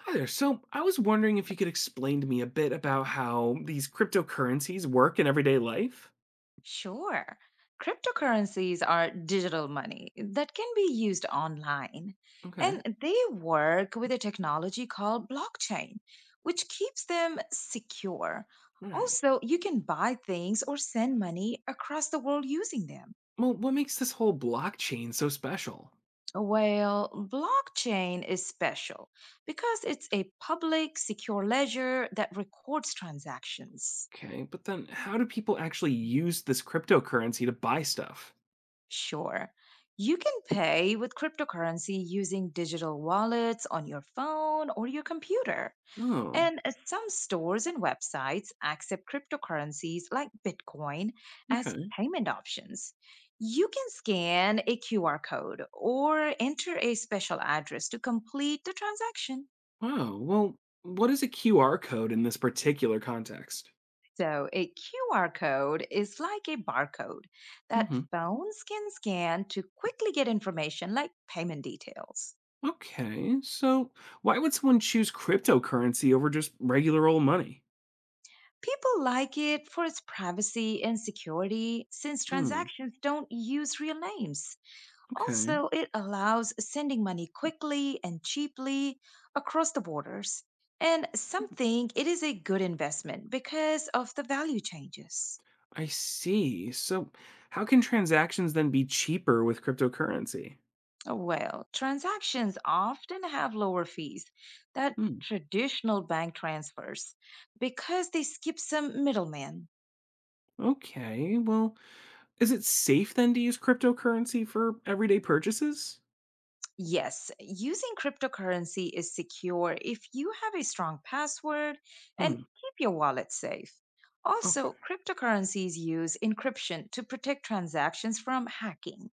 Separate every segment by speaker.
Speaker 1: Hi there. So I was wondering if you could explain to me a bit about how these cryptocurrencies work in everyday life.
Speaker 2: Sure. Cryptocurrencies are digital money that can be used online,
Speaker 1: Okay.
Speaker 2: and they work with a technology called blockchain, which keeps them secure.
Speaker 1: All right.
Speaker 2: Also, you can buy things or send money across the world using them.
Speaker 1: Well, what makes this whole blockchain so special?
Speaker 2: Well, blockchain is special because it's a public, secure ledger that records transactions.
Speaker 1: Okay. But then how do people actually use this cryptocurrency to buy stuff?
Speaker 2: Sure. You can pay with cryptocurrency using digital wallets on your phone or your computer.
Speaker 1: Oh,
Speaker 2: And some stores and websites accept cryptocurrencies like Bitcoin as
Speaker 1: okay.
Speaker 2: payment options. You can scan a QR code or enter a special address to complete the transaction.
Speaker 1: Wow. Well, what is a QR code in this particular context?
Speaker 2: So, a QR code is like a barcode that
Speaker 1: hmm
Speaker 2: phones can scan to quickly get information like payment details.
Speaker 1: Okay. So why would someone choose cryptocurrency over just regular old money?
Speaker 2: People like it for its privacy and security since
Speaker 1: Hmm.
Speaker 2: transactions don't use real names.
Speaker 1: Okay.
Speaker 2: Also, it allows sending money quickly and cheaply across the borders. And some think it is a good investment because of the value changes.
Speaker 1: I see. So, how can transactions then be cheaper with cryptocurrency?
Speaker 2: Oh, well, transactions often have lower fees than
Speaker 1: Hmm.
Speaker 2: traditional bank transfers because they skip some middlemen.
Speaker 1: Okay. Well, is it safe then to use cryptocurrency for everyday purchases?
Speaker 2: Yes, using cryptocurrency is secure if you have a strong password and
Speaker 1: Hmm.
Speaker 2: keep your wallet safe.
Speaker 1: Okay.
Speaker 2: Also, cryptocurrencies use encryption to protect transactions from hacking,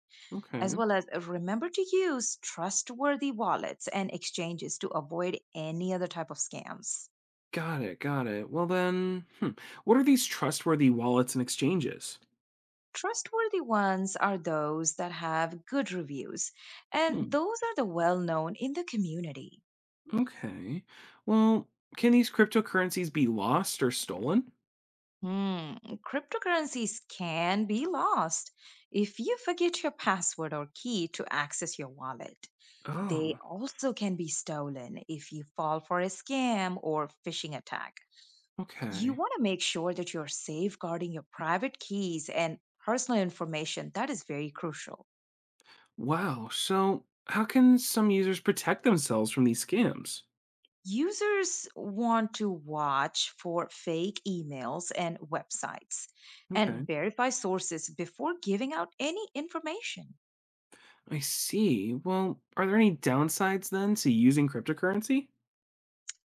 Speaker 2: as
Speaker 1: Okay.
Speaker 2: well as remember to use trustworthy wallets and exchanges to avoid any other type of scams.
Speaker 1: Got it. Got it. Well, then, hmm. what are these trustworthy wallets and exchanges?
Speaker 2: Trustworthy ones are those that have good reviews, and
Speaker 1: Hmm.
Speaker 2: those are the well known in the community.
Speaker 1: Okay. Well, can these cryptocurrencies be lost or stolen?
Speaker 2: Hmm, cryptocurrencies can be lost if you forget your password or key to access your wallet. They
Speaker 1: Oh,
Speaker 2: also can be stolen if you fall for a scam or phishing attack. You
Speaker 1: okay.
Speaker 2: want to make sure that you're safeguarding your private keys and personal information. That is very crucial.
Speaker 1: Wow. So, how can some users protect themselves from these scams?
Speaker 2: Users want to watch for fake emails and websites
Speaker 1: Okay.
Speaker 2: and verify sources before giving out any information.
Speaker 1: I see. Well, are there any downsides then to using cryptocurrency?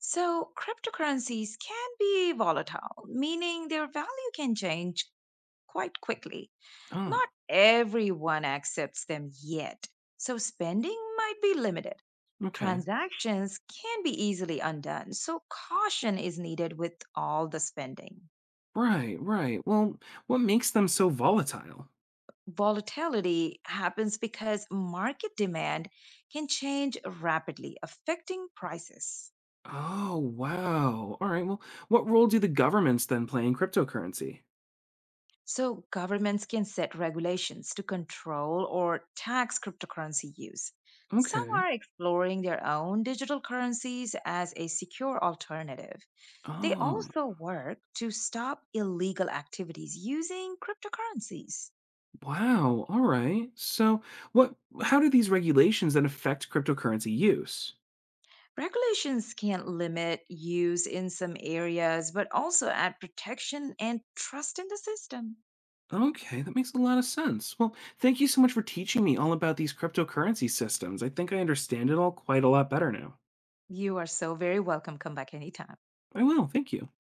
Speaker 2: So, cryptocurrencies can be volatile, meaning their value can change quite quickly.
Speaker 1: Oh,
Speaker 2: Not everyone accepts them yet, so spending might be limited.
Speaker 1: okay.
Speaker 2: Transactions can be easily undone, so caution is needed with all the spending.
Speaker 1: Right, right. Well, what makes them so volatile?
Speaker 2: Volatility happens because market demand can change rapidly, affecting prices.
Speaker 1: Oh, wow. All right. Well, what role do the governments then play in cryptocurrency?
Speaker 2: So, governments can set regulations to control or tax cryptocurrency use. Some
Speaker 1: Okay.
Speaker 2: are exploring their own digital currencies as a secure alternative. They
Speaker 1: Oh,
Speaker 2: also work to stop illegal activities using cryptocurrencies.
Speaker 1: wow. All right. So, what how do these regulations then affect cryptocurrency use?
Speaker 2: Regulations can limit use in some areas, but also add protection and trust in the system.
Speaker 1: Okay, that makes a lot of sense. Well, thank you so much for teaching me all about these cryptocurrency systems. I think I understand it all quite a lot better now.
Speaker 2: You are so very welcome. Come back anytime.
Speaker 1: I will. Thank you.